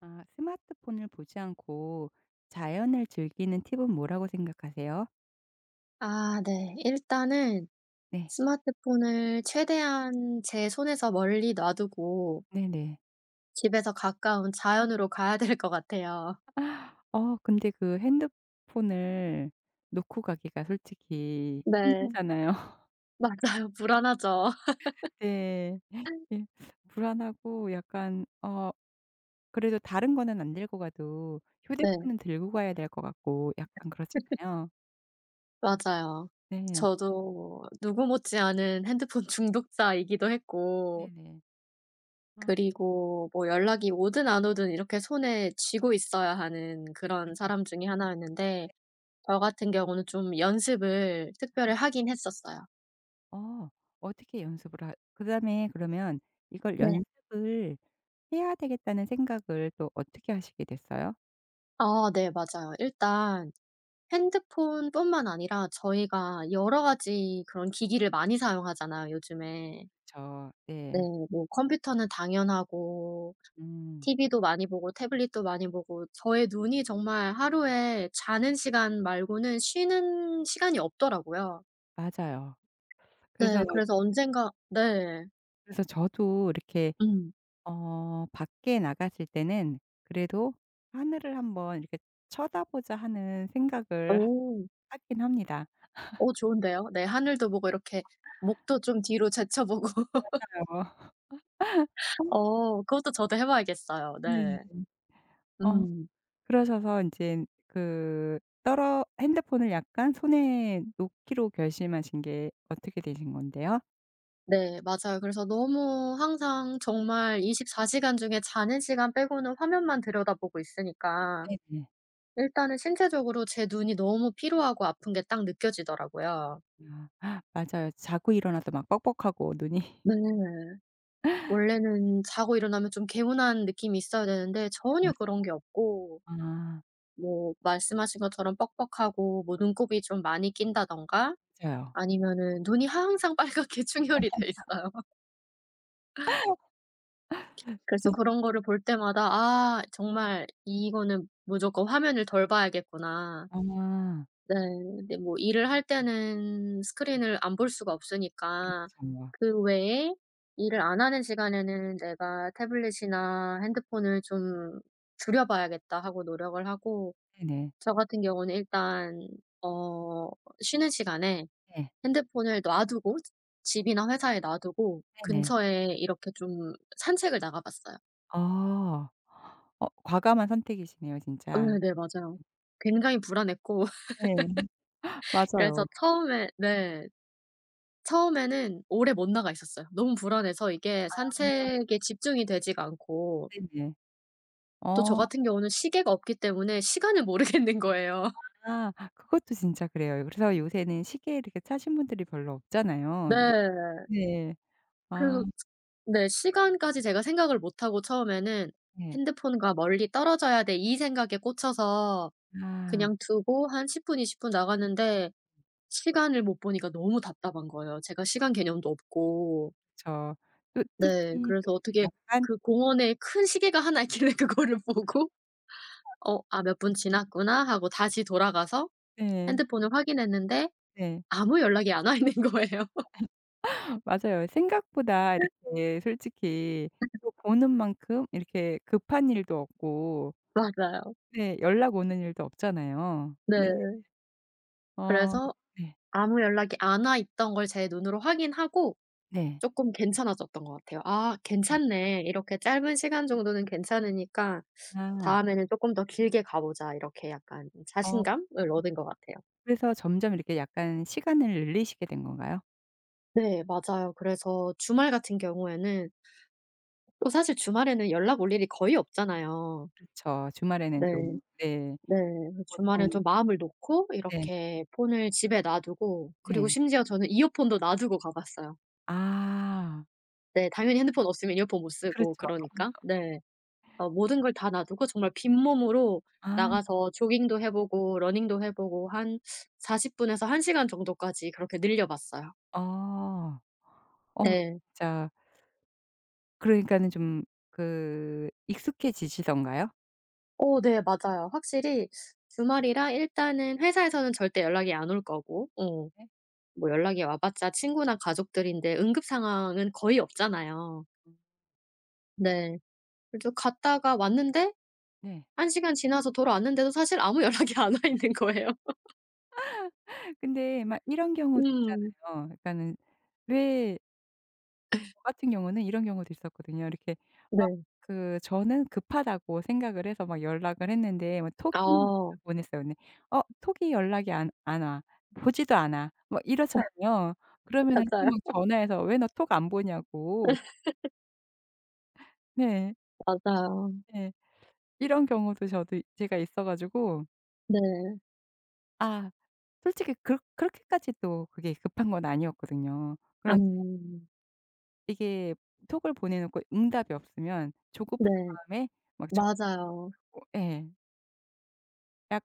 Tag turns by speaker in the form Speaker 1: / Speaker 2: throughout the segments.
Speaker 1: 아, 스마트폰을 보지 않고 자연을 즐기는 팁은 뭐라고 생각하세요?
Speaker 2: 아 네. 일단은
Speaker 1: 네.
Speaker 2: 스마트폰을 최대한 제 손에서 멀리 놔두고
Speaker 1: 네네.
Speaker 2: 집에서 가까운 자연으로 가야 될 것 같아요.
Speaker 1: 어 근데 그 핸드폰을 놓고 가기가 솔직히
Speaker 2: 네.
Speaker 1: 힘들잖아요.
Speaker 2: 맞아요. 불안하죠.
Speaker 1: 네. 예. 불안하고 약간 어 그래도 다른 거는 안 들고 가도
Speaker 2: 네.
Speaker 1: 휴대폰은 들고 가야 될 것 같고 약간 그렇잖아요.
Speaker 2: 맞아요.
Speaker 1: 네.
Speaker 2: 저도 누구 못지않은 핸드폰 중독자이기도 했고,
Speaker 1: 네네. 아
Speaker 2: 그리고 뭐 연락이 오든 안 오든 이렇게 손에 쥐고 있어야 하는 그런
Speaker 1: 맞아요.
Speaker 2: 사람 중에 하나였는데, 저 같은 경우는 좀 연습을 특별히 하긴 했었어요.
Speaker 1: 어 어떻게 연습을 하 그다음에 그러면 이걸
Speaker 2: 네.
Speaker 1: 연습을 해야 되겠다는 생각을 또 어떻게 하시게 됐어요?
Speaker 2: 아 네 맞아요. 일단 핸드폰뿐만 아니라 저희가 여러 가지 그런 기기를 많이 사용하잖아요, 요즘에.
Speaker 1: 저
Speaker 2: 네.
Speaker 1: 네.
Speaker 2: 뭐 컴퓨터는 당연하고
Speaker 1: 음
Speaker 2: 티비도 많이 보고 태블릿도 많이 보고, 저의 눈이 정말 하루에 자는 시간 말고는 쉬는 시간이 없더라고요.
Speaker 1: 맞아요. 그래서
Speaker 2: 네 그래서 언젠가 네.
Speaker 1: 그래서 저도 이렇게
Speaker 2: 음.
Speaker 1: 어 밖에 나갔을 때는 그래도 '하늘을 한번 이렇게 쳐다보자.' 하는 생각을 하
Speaker 2: 오.
Speaker 1: 하긴 합니다.
Speaker 2: 오, 좋은데요. 네 하늘도 보고 이렇게 목도 좀 뒤로 제쳐보고.
Speaker 1: 맞아요. 어
Speaker 2: 어 그것도 저도 해 봐야겠어요. 네.
Speaker 1: 네네. 어
Speaker 2: 음.
Speaker 1: 그러셔서 이제 그 떨어 핸드폰을 약간 손에 놓기로 결심하신 게 어떻게 되신 건데요?
Speaker 2: 네 맞아요. 그래서 너무 항상 정말 24시간 시간 중에 자는 시간 빼고는 화면만 들여다보고 있으니까
Speaker 1: 네네.
Speaker 2: 일단은 신체적으로 제 눈이 너무 피로하고 아픈 게 딱 느껴지더라고요.
Speaker 1: 아 맞아요. 자고 일어나도 막 뻑뻑하고 눈이
Speaker 2: 네. 원래는 자고 일어나면 좀 개운한 느낌이 있어야 되는데 전혀
Speaker 1: 맞아요.
Speaker 2: 그런 게 없고,
Speaker 1: 아
Speaker 2: 뭐 말씀하신 것처럼 뻑뻑하고 뭐 눈곱이 좀 많이 낀다든가
Speaker 1: 맞아요.
Speaker 2: 아니면은 눈이 항상 빨갛게 충혈이 돼 있어요. 그래서
Speaker 1: 진
Speaker 2: 그런 거를 볼 때마다 '아 정말 이거는 무조건 화면을 덜 봐야겠구나.'
Speaker 1: 아
Speaker 2: 네. 근데 뭐 일을 할 때는 스크린을 안 볼 수가 없으니까
Speaker 1: 그렇죠. 뭐.
Speaker 2: 그 외에 일을 안 하는 시간에는 '내가 태블릿이나 핸드폰을 좀 줄여 봐야겠다.' 하고 노력을 하고,
Speaker 1: 네네.
Speaker 2: 저 같은 경우는 일단 어 쉬는 시간에
Speaker 1: 네.
Speaker 2: 핸드폰을 놔두고, 집이나 회사에 놔두고
Speaker 1: 네네.
Speaker 2: 근처에 이렇게 좀 산책을 나가 봤어요.
Speaker 1: 아. 어 과감한 선택이시네요
Speaker 2: 어,
Speaker 1: 진짜.
Speaker 2: 네, 네 맞아요. 굉장히 불안했고
Speaker 1: 네. 맞아요.
Speaker 2: 그래서 처음에 네. 처음에는 오래 못 나가 있었어요. 너무 불안해서 이게
Speaker 1: 아
Speaker 2: 산책에 집중이 되지가 않고,
Speaker 1: 네네.
Speaker 2: 또 저
Speaker 1: 어
Speaker 2: 같은 경우는 시계가 없기 때문에 시간을 모르겠는 거예요.
Speaker 1: 아 그것도 진짜 그래요. 그래서 요새는 시계 이렇게 차신 분들이 별로 없잖아요. 이게
Speaker 2: 네.
Speaker 1: 네. 아
Speaker 2: 그래서 네 시간까지 제가 생각을 못 하고, 처음에는
Speaker 1: 네.
Speaker 2: '핸드폰과 멀리 떨어져야 돼.' 이 생각에 꽂혀서
Speaker 1: 아
Speaker 2: 그냥 두고 한 10분 20분 나갔는데, 시간을 못 보니까 너무 답답한 거예요. 제가 시간 개념도 없고.
Speaker 1: 그쵸. 또
Speaker 2: 네.
Speaker 1: 특히 또
Speaker 2: 그래서
Speaker 1: 이제
Speaker 2: 어떻게
Speaker 1: 약간
Speaker 2: 그 공원에 큰 시계가 하나 있길래 그거를 보고 '어 아 몇 분 지났구나.' 하고 다시 돌아가서
Speaker 1: 네.
Speaker 2: 핸드폰을 확인했는데
Speaker 1: 네.
Speaker 2: 아무 연락이 안 와 있는 거예요.
Speaker 1: 맞아요. 생각보다 이렇게 솔직히 또 보는 만큼 이렇게 급한 일도 없고
Speaker 2: 맞아요.
Speaker 1: 네 연락 오는 일도 없잖아요. 네.
Speaker 2: 네.
Speaker 1: 어
Speaker 2: 그래서
Speaker 1: 네.
Speaker 2: 아무 연락이 안 와 있던 걸 제 눈으로 확인하고
Speaker 1: 네.
Speaker 2: 쪼끔 괜찮아졌던 것 같아요. '아 괜찮네. 이렇게 짧은 시간 정도는 괜찮으니까
Speaker 1: 아.
Speaker 2: 다음에는 쪼끔 더 길게 가 보자.' 이렇게 약간
Speaker 1: 어
Speaker 2: 자신감을 얻은 것 같아요.
Speaker 1: 그래서 점점 이렇게 약간 시간을 늘리시게 된 건가요?
Speaker 2: 네 맞아요. 그래서 주말 같은 경우에는, 또 사실 주말에는 연락 올 일이 거의 없잖아요.
Speaker 1: 그렇죠. 주말에는 또
Speaker 2: 네.
Speaker 1: 네.
Speaker 2: 네. 주말에
Speaker 1: 보통
Speaker 2: 좀 마음을 놓고
Speaker 1: 네.
Speaker 2: 이렇게 폰을 집에 놔두고 그리고
Speaker 1: 네.
Speaker 2: 심지어 저는 이어폰도 놔두고 가 봤어요.
Speaker 1: 아.
Speaker 2: 네. 당연히 핸드폰 없으면 이어폰 못 쓰고
Speaker 1: 그렇죠.
Speaker 2: 그러니까. 네. 어 모든 걸 다 놔두고 정말 빈몸으로
Speaker 1: 아.
Speaker 2: 나가서 조깅도 해 보고 러닝도 해 보고 한 40 분에서 1 시간 정도까지 그렇게 늘려 봤어요.
Speaker 1: 어. 어
Speaker 2: 네.
Speaker 1: 진짜 그러니까는 좀 그 익숙해지시던가요?
Speaker 2: 어 네 맞아요. 확실히 주말이라 일단은 회사에서는 절대 연락이 안 올 거고, 어
Speaker 1: 네.
Speaker 2: 뭐 연락이 와 봤자 친구나 가족들인데 응급 상황은 거의 없잖아요.
Speaker 1: 음.
Speaker 2: 네. 그래서 갔다가 왔는데
Speaker 1: 네.
Speaker 2: 한 시간 지나서 돌아왔는데도 사실 아무 연락이 안 와 있는 거예요.
Speaker 1: 근데 막 이런 경우도
Speaker 2: 음.
Speaker 1: 있잖아요. 그러니까는 왜 저 같은 경우는 이런 경우도 있었거든요. 이렇게 막
Speaker 2: 네.
Speaker 1: 그 저는 급하다고 생각을 해서 막 연락을 했는데 뭐 톡이 먼저
Speaker 2: 어.
Speaker 1: 보냈어요. 근데 어 톡이 연락이 안 와. 보지도 않아. 뭐 이렇잖아요. 그러면은 또
Speaker 2: 맞아요.
Speaker 1: 막 전화해서 "왜 너 톡 안 보냐."고. 네.
Speaker 2: 맞아요.
Speaker 1: 네. 이런 경우도 저도 제가 있어 가지고
Speaker 2: 네.
Speaker 1: 아 솔직히 그렇게까지 또 그게 급한 건 아니었거든요. 그런
Speaker 2: 음.
Speaker 1: 이게 톡을 보내 놓고 응답이 없으면 조급한
Speaker 2: 네.
Speaker 1: 마음에 막 적고
Speaker 2: 맞아요.
Speaker 1: 예.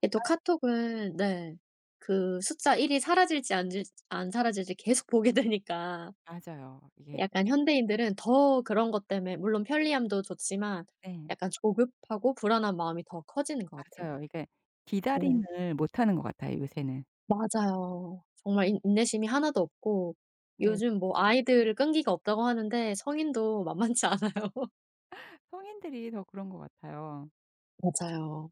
Speaker 2: 이게 또 카톡은 네. 그 숫자 1이 사라질지 안 사라질지 계속 보게 되니까
Speaker 1: 맞아요. 이게
Speaker 2: 약간 현대인들은 더 그런 것 때문에 물론 편리함도 좋지만
Speaker 1: 네.
Speaker 2: 약간 조급하고 불안한 마음이 더 커지는 것 같아요.
Speaker 1: 맞아요. 이게
Speaker 2: 네.
Speaker 1: 기다림을 못하는 것 같아요, 요새는.
Speaker 2: 맞아요. 정말 인 인내심이 하나도 없고,
Speaker 1: 네.
Speaker 2: 요즘 뭐 아이들 끈기가 없다고 하는데 성인도 만만치 않아요.
Speaker 1: 성인들이 더 그런 것 같아요.
Speaker 2: 맞아요.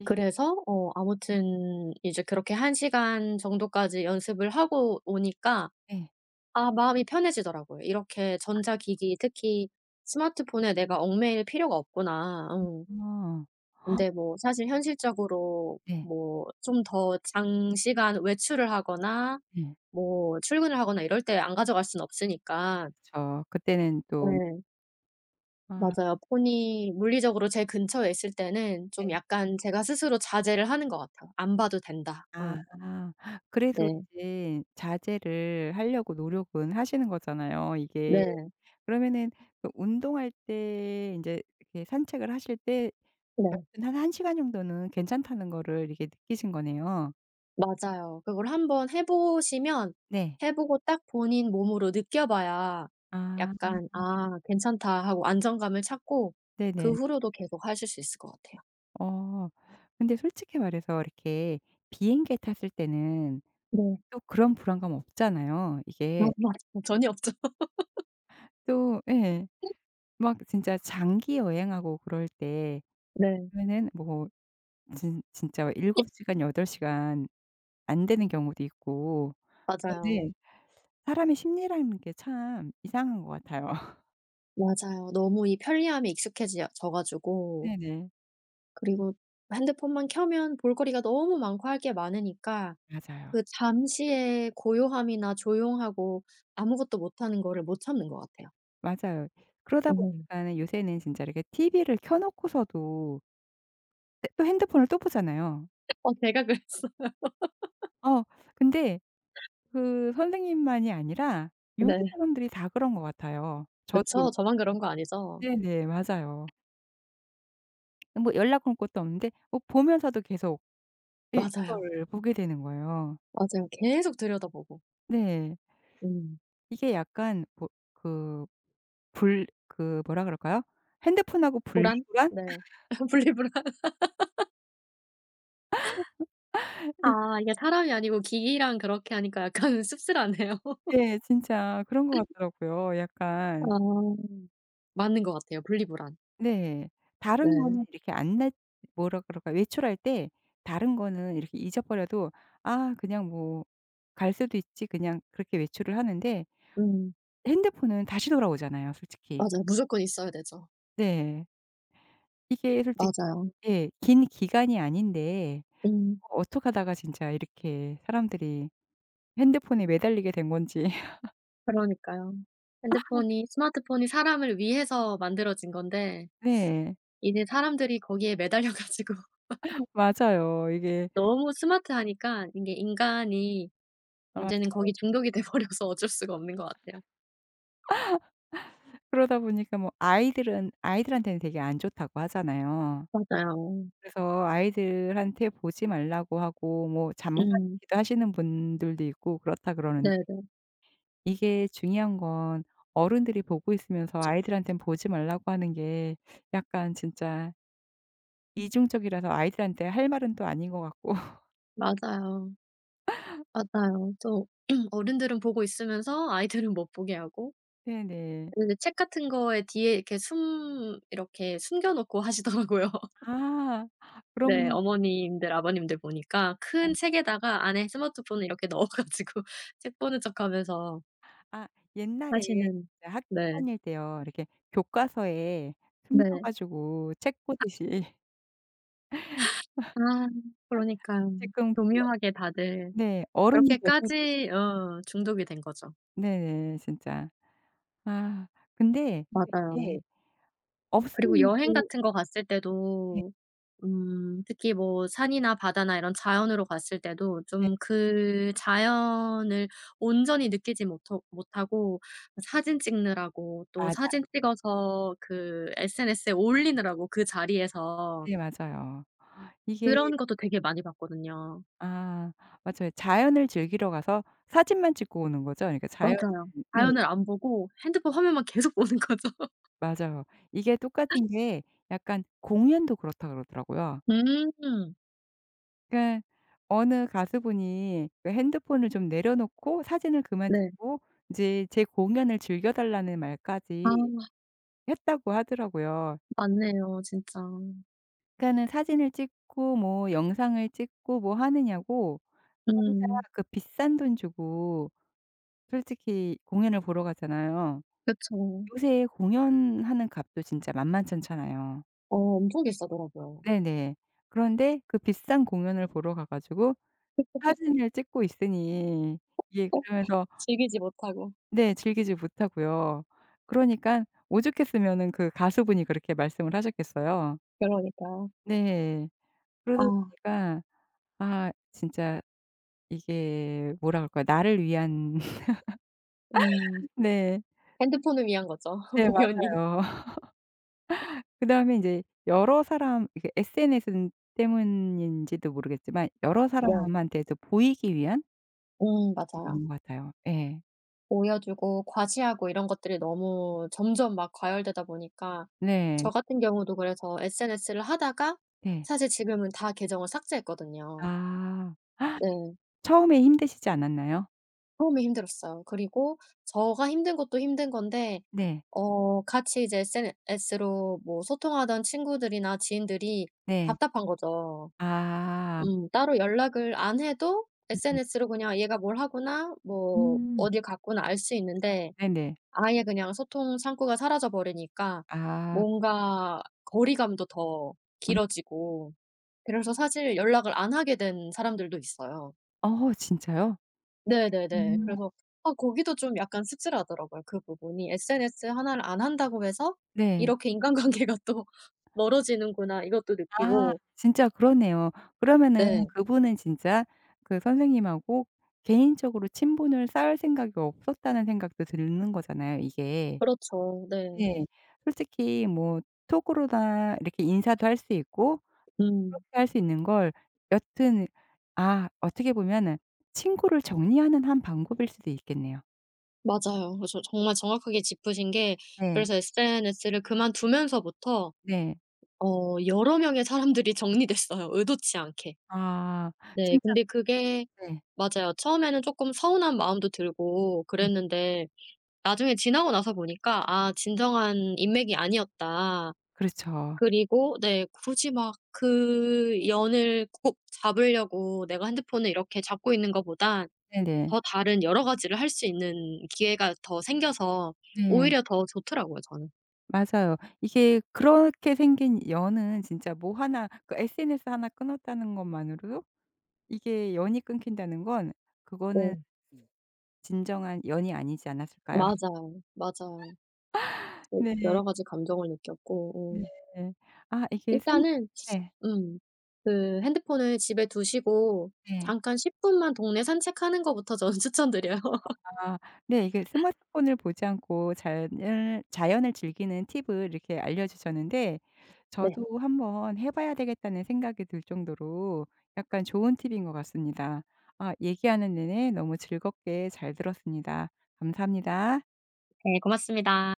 Speaker 1: 이게
Speaker 2: 그래서 어 아무튼 이제 그렇게 한 시간 정도까지 연습을 하고 오니까
Speaker 1: 예.
Speaker 2: 아 마음이 편해지더라고요. 이렇게 전자기기 특히 스마트폰에 내가 얽매일 필요가 없구나. 어.
Speaker 1: 어.
Speaker 2: 근데 뭐 사실 현실적으로
Speaker 1: 네.
Speaker 2: 뭐 좀 더 장시간 외출을 하거나
Speaker 1: 네.
Speaker 2: 뭐 출근을 하거나 이럴 때 안 가져갈 순 없으니까
Speaker 1: 그쵸. 그때는 또
Speaker 2: 네.
Speaker 1: 아
Speaker 2: 맞아요. 폰이 물리적으로 제 근처에 있을 때는
Speaker 1: 네.
Speaker 2: 좀 약간 제가 스스로 자제를 하는 것 같아요. '안 봐도 된다.'
Speaker 1: 아.
Speaker 2: 어
Speaker 1: 그래도
Speaker 2: 네.
Speaker 1: 이제 자제를 하려고 노력은 하시는 거잖아요, 이게.
Speaker 2: 네.
Speaker 1: 그러면은 그 운동할 때 인제 이렇게 산책을 하실 때
Speaker 2: 네.
Speaker 1: 여튼 한 1 시간 정도는 괜찮다는 거를 이렇게 느끼신 거네요.
Speaker 2: 맞아요. 그걸 한번 해 보시면
Speaker 1: 네.
Speaker 2: 해 보고 딱 본인 몸으로 느껴봐야
Speaker 1: 아
Speaker 2: 약간 '아 괜찮다.' 하고 안정감을 찾고, 그
Speaker 1: 네네.
Speaker 2: 후로도 계속 하실 수 있을 것 같아요.
Speaker 1: 어 근데 솔직히 말해서 이렇게 비행기에 탔을 때는
Speaker 2: 네.
Speaker 1: 또 그런 불안감 없잖아요.
Speaker 2: 아
Speaker 1: 이게
Speaker 2: 맞아요. 전혀 없죠.
Speaker 1: 또 예. 막 진짜 장기 여행하고 그럴 때
Speaker 2: 네.
Speaker 1: 그러면은 뭐 진 진짜 7 시간 8 시간 안 되는 경우도 있고
Speaker 2: 맞아요.
Speaker 1: 그런데 사람의 심리라는 게 참 이상한 것 같아요.
Speaker 2: 맞아요. 너무 이 편리함에 익숙해져 가지고,
Speaker 1: 네네.
Speaker 2: 그리고 핸드폰만 켜면 볼거리가 너무 많고 할 게 많으니까 그
Speaker 1: 맞아요.
Speaker 2: 잠시의 고요함이나 조용하고 아무것도 못하는 거를 못 참는 것 같아요.
Speaker 1: 맞아요. 그러다
Speaker 2: 음.
Speaker 1: 보니까는 요새는 진짜 이렇게 TV를 켜 놓고서도 네 또 핸드폰을 또 보잖아요.
Speaker 2: 어 제가 그랬어.
Speaker 1: 어 근데 그 선생님만이 아니라 요새
Speaker 2: 네.
Speaker 1: 사람들이 다 그런 것 같아요. 저도
Speaker 2: 그쵸.
Speaker 1: 그렇고
Speaker 2: 저만 그런 거 아니죠?
Speaker 1: 네네. 맞아요. 뭐 연락 할 것도 없는데 뭐 보면서도 계속 이
Speaker 2: 맞아요.
Speaker 1: 이걸 보게 되는 거예요.
Speaker 2: 맞아요. 계속 들여다보고.
Speaker 1: 네.
Speaker 2: 음.
Speaker 1: 이게 약간 뭐 그 불 그 뭐라 그럴까요? 핸드폰하고
Speaker 2: 불안?
Speaker 1: 분리불안?
Speaker 2: 네. 분리불안. 아 이게 사람이 아니고 기기랑 그렇게 하니까 약간 씁쓸하네요.
Speaker 1: 네. 진짜 그런 것 같더라고요. 약간
Speaker 2: 아. 맞는 것 같아요, 분리불안.
Speaker 1: 네. 다른
Speaker 2: 네.
Speaker 1: 거는 이렇게 안 내 뭐라 그럴까 외출할 때 다른 거는 이렇게 잊어버려도 '아 그냥 뭐 갈 수도 있지.' 그냥 그렇게 외출을 하는데
Speaker 2: 음.
Speaker 1: 핸드폰은 다시 돌아오잖아요 솔직히.
Speaker 2: 맞아요. 무조건 있어야 되죠.
Speaker 1: 네. 이게 솔직히
Speaker 2: 맞아요.
Speaker 1: 예. 긴 기간이 아닌데
Speaker 2: 음.
Speaker 1: 어떡하다가 진짜 이렇게 사람들이 핸드폰에 매달리게 된 건지.
Speaker 2: 그러니까요. 핸드폰이 스마트폰이 사람을 위해서 만들어진 건데
Speaker 1: 네.
Speaker 2: 이제 사람들이 거기에 매달려 가지고
Speaker 1: 맞아요. 이게
Speaker 2: 너무 스마트하니까 이게 인간이
Speaker 1: 아
Speaker 2: 인제는 거기 중독이 돼 버려서 어쩔 수가 없는 것 같아요.
Speaker 1: 그러다 보니까 뭐 아이들은 아이들한테는 되게 안 좋다고 하잖아요.
Speaker 2: 맞아요.
Speaker 1: 그래서 아이들한테 보지 말라고 하고 뭐 잠깐
Speaker 2: 음.
Speaker 1: 기도하시는 분들도 있고 그렇다 그러는데
Speaker 2: 네네.
Speaker 1: 이게 중요한 건 어른들이 보고 있으면서 아이들한테는 보지 말라고 하는 게 약간 진짜 이중적이라서 아이들한테 할 말은 또 아닌 것 같고.
Speaker 2: 맞아요. 맞아요. 또 어른들은 보고 있으면서 아이들은 못 보게 하고
Speaker 1: 네네.
Speaker 2: 그 책 같은 거에 뒤에 이렇게 숨 이렇게 숨겨 놓고 하시더라고요.
Speaker 1: 아
Speaker 2: 네.
Speaker 1: 그럼
Speaker 2: 어머님들 아버님들 보니까 큰
Speaker 1: 어
Speaker 2: 책에다가 안에 스마트폰을 이렇게 넣어 가지고 책 보는 척하면서
Speaker 1: 아 옛날에
Speaker 2: 하시는
Speaker 1: 학교
Speaker 2: 네.
Speaker 1: 다닐 때요. 이렇게 교과서에 숨겨
Speaker 2: 네.
Speaker 1: 가지고 책 보듯이
Speaker 2: 아 그러니까요.
Speaker 1: 지금 그게
Speaker 2: 교묘하게 다들
Speaker 1: 네 어른이 되셔도
Speaker 2: 그렇게까지 어 중독이 된 거죠.
Speaker 1: 네네 진짜. 아 근데 또
Speaker 2: 맞아요.
Speaker 1: 이게
Speaker 2: 그리고
Speaker 1: 없으면
Speaker 2: 여행
Speaker 1: 또
Speaker 2: 같은 거 갔을
Speaker 1: 네
Speaker 2: 때도 특히 뭐 산이나 바다나 이런 자연으로 갔을 때도
Speaker 1: 네
Speaker 2: 좀 그 자연을 온전히 느끼지 못허 못하고 사진 찍느라고, 또
Speaker 1: 맞아요.
Speaker 2: 사진 찍어서 그 SNS에 올리느라고 그 자리에서,
Speaker 1: 네 맞아요. 이게
Speaker 2: 그런 것도 되게 많이 봤거든요.
Speaker 1: 아 맞아요. 자연을 즐기러 가서 사진만 찍고 오는 거죠? 그러니까 자연
Speaker 2: 맞아요.
Speaker 1: 네
Speaker 2: 자연을 안 보고 핸드폰 화면만 계속 보는 거죠.
Speaker 1: 맞아요. 이게 똑같은 게 약간 공연도 그렇다 그러더라고요.
Speaker 2: 음.
Speaker 1: 그러니까 어느 가수분이 그 핸드폰을 좀 내려놓고 사진을 그만
Speaker 2: 네.
Speaker 1: 찍고 인제 제 공연을 즐겨 달라는 말까지
Speaker 2: 아
Speaker 1: 했다고 하더라고요.
Speaker 2: 맞네요 진짜.
Speaker 1: 그러니까는 사진을 찍고 뭐 영상을 찍고 뭐 하느냐고 혼자
Speaker 2: 음.
Speaker 1: 그 비싼 돈 주고 솔직히 공연을 보러 가잖아요.
Speaker 2: 그쵸.
Speaker 1: 요새 공연하는 값도 진짜 만만찮잖아요.
Speaker 2: 어 엄청 비싸더라고요.
Speaker 1: 네네. 그런데 그 비싼 공연을 보러 가 가지고 사진을 찍고 있으니 이게
Speaker 2: 꼭
Speaker 1: 그러면서
Speaker 2: 즐기지 못하고.
Speaker 1: 네 즐기지 못하고요. 그러니깐 오죽했으면은 그 가수분이 그렇게 말씀을 하셨겠어요.
Speaker 2: 그러니까요.
Speaker 1: 네.
Speaker 2: 아
Speaker 1: 그러다 보니까 아 진짜 이게 뭐라 그럴까요? 나를 위한
Speaker 2: 음.
Speaker 1: 네.
Speaker 2: 핸드폰을 위한 거죠
Speaker 1: 네
Speaker 2: 공연이.
Speaker 1: 맞아요. 그다음에 인제 여러 사람 이게 SNS 때문인지도 모르겠지만 여러
Speaker 2: 네.
Speaker 1: 사람한테도 보이기 위한
Speaker 2: 맞아요.
Speaker 1: 있는 것 같아요. 예.
Speaker 2: 보여주고 과시하고 이런 것들이 너무 점점 막 과열되다 보니까
Speaker 1: 네.
Speaker 2: 저 같은 경우도 그래서 SNS를 하다가
Speaker 1: 네.
Speaker 2: 사실 지금은 다 계정을 삭제했거든요.
Speaker 1: 아.
Speaker 2: 네.
Speaker 1: 처음에 힘드시지 않았나요?
Speaker 2: 처음에 힘들었어요. 그리고 저가 힘든 것도 힘든 건데,
Speaker 1: 네.
Speaker 2: 어 같이 이제 SNS로 뭐 소통하던 친구들이나 지인들이
Speaker 1: 네.
Speaker 2: 답답한 거죠.
Speaker 1: 아.
Speaker 2: 따로 연락을 안 해도
Speaker 1: 음음.
Speaker 2: SNS로 그냥 얘가 뭘 하구나 뭐
Speaker 1: 음.
Speaker 2: 어딜 갔구나 알 수 있는데
Speaker 1: 네네.
Speaker 2: 아예 그냥 소통 창구가 사라져 버리니까
Speaker 1: 아.
Speaker 2: 뭔가 거리감도 더
Speaker 1: 음.
Speaker 2: 길어지고, 그래서 사실 연락을 안 하게 된 사람들도 있어요.
Speaker 1: 어 진짜요? 어.
Speaker 2: 네네네.
Speaker 1: 음.
Speaker 2: 그래서 아 거기도 좀 약간 씁쓸하더라고요 그 부분이. 'SNS 하나를 안 한다고 해서
Speaker 1: 네.
Speaker 2: 이렇게 인간관계가 또 멀어지는구나.' 이것도
Speaker 1: 아
Speaker 2: 느끼고.
Speaker 1: 진짜 그러네요. 그러면은
Speaker 2: 네.
Speaker 1: 그분은 진짜 그 선생님하고 개인적으로 친분을 쌓을 생각이 없었다는 생각도 드는 거잖아요 이게.
Speaker 2: 그렇죠. 네.
Speaker 1: 네. 솔직히 뭐 톡으로나 이렇게 인사도 할 수 있고
Speaker 2: 음.
Speaker 1: 그렇게 할 수 있는 걸 여튼 아 어떻게 보면은 친구를 정리하는 한 방법일 수도 있겠네요.
Speaker 2: 맞아요. 그래서 정말 정확하게 짚으신 게,
Speaker 1: 네.
Speaker 2: 그래서 SNS를 그만두면서부터
Speaker 1: 네.
Speaker 2: 어 여러 명의 사람들이 정리됐어요, 의도치 않게.
Speaker 1: 아
Speaker 2: 네.
Speaker 1: 진짜
Speaker 2: 근데 그게
Speaker 1: 네.
Speaker 2: 맞아요. 처음에는 쪼끔 서운한 마음도 들고
Speaker 1: 네.
Speaker 2: 그랬는데 나중에 지나고 나서 보니까 '아 진정한 인맥이 아니었다.'
Speaker 1: 그렇죠.
Speaker 2: 그리고 네 굳이 막 그 연을 꼭 잡으려고 내가 핸드폰을 이렇게 잡고 있는 것보단
Speaker 1: 네네.
Speaker 2: 더 다른 여러 가지를 할 수 있는 기회가 더 생겨서
Speaker 1: 네.
Speaker 2: 오히려 더 좋더라고요 저는.
Speaker 1: 맞아요. 이게 그렇게 생긴 연은 진짜 뭐 하나 그 SNS 하나 끊었다는 것만으로도 이게 연이 끊긴다는 건 그거는
Speaker 2: 네.
Speaker 1: 진정한 연이 아니지 않았을까요?
Speaker 2: 맞아요. 맞아요. 네.
Speaker 1: 네.
Speaker 2: 여러 가지 감정을 느꼈고
Speaker 1: 네. 아 이게 스무
Speaker 2: 일단은
Speaker 1: 네.
Speaker 2: 음 그 핸드폰을 집에 두시고
Speaker 1: 네.
Speaker 2: 잠깐 10 분만 동네 산책하는 것부터 저는 추천드려요.
Speaker 1: 아 네. 이게 스마트폰을 보지 않고 자연을 즐기는 팁을 이렇게 알려주셨는데
Speaker 2: 네.
Speaker 1: 저도 한번 해 봐야 되겠다는 생각이 들 정도로 약간 좋은 팁인 것 같습니다. 아 얘기하는 내내 너무 즐겁게 잘 들었습니다. 감사합니다.
Speaker 2: 네 고맙습니다.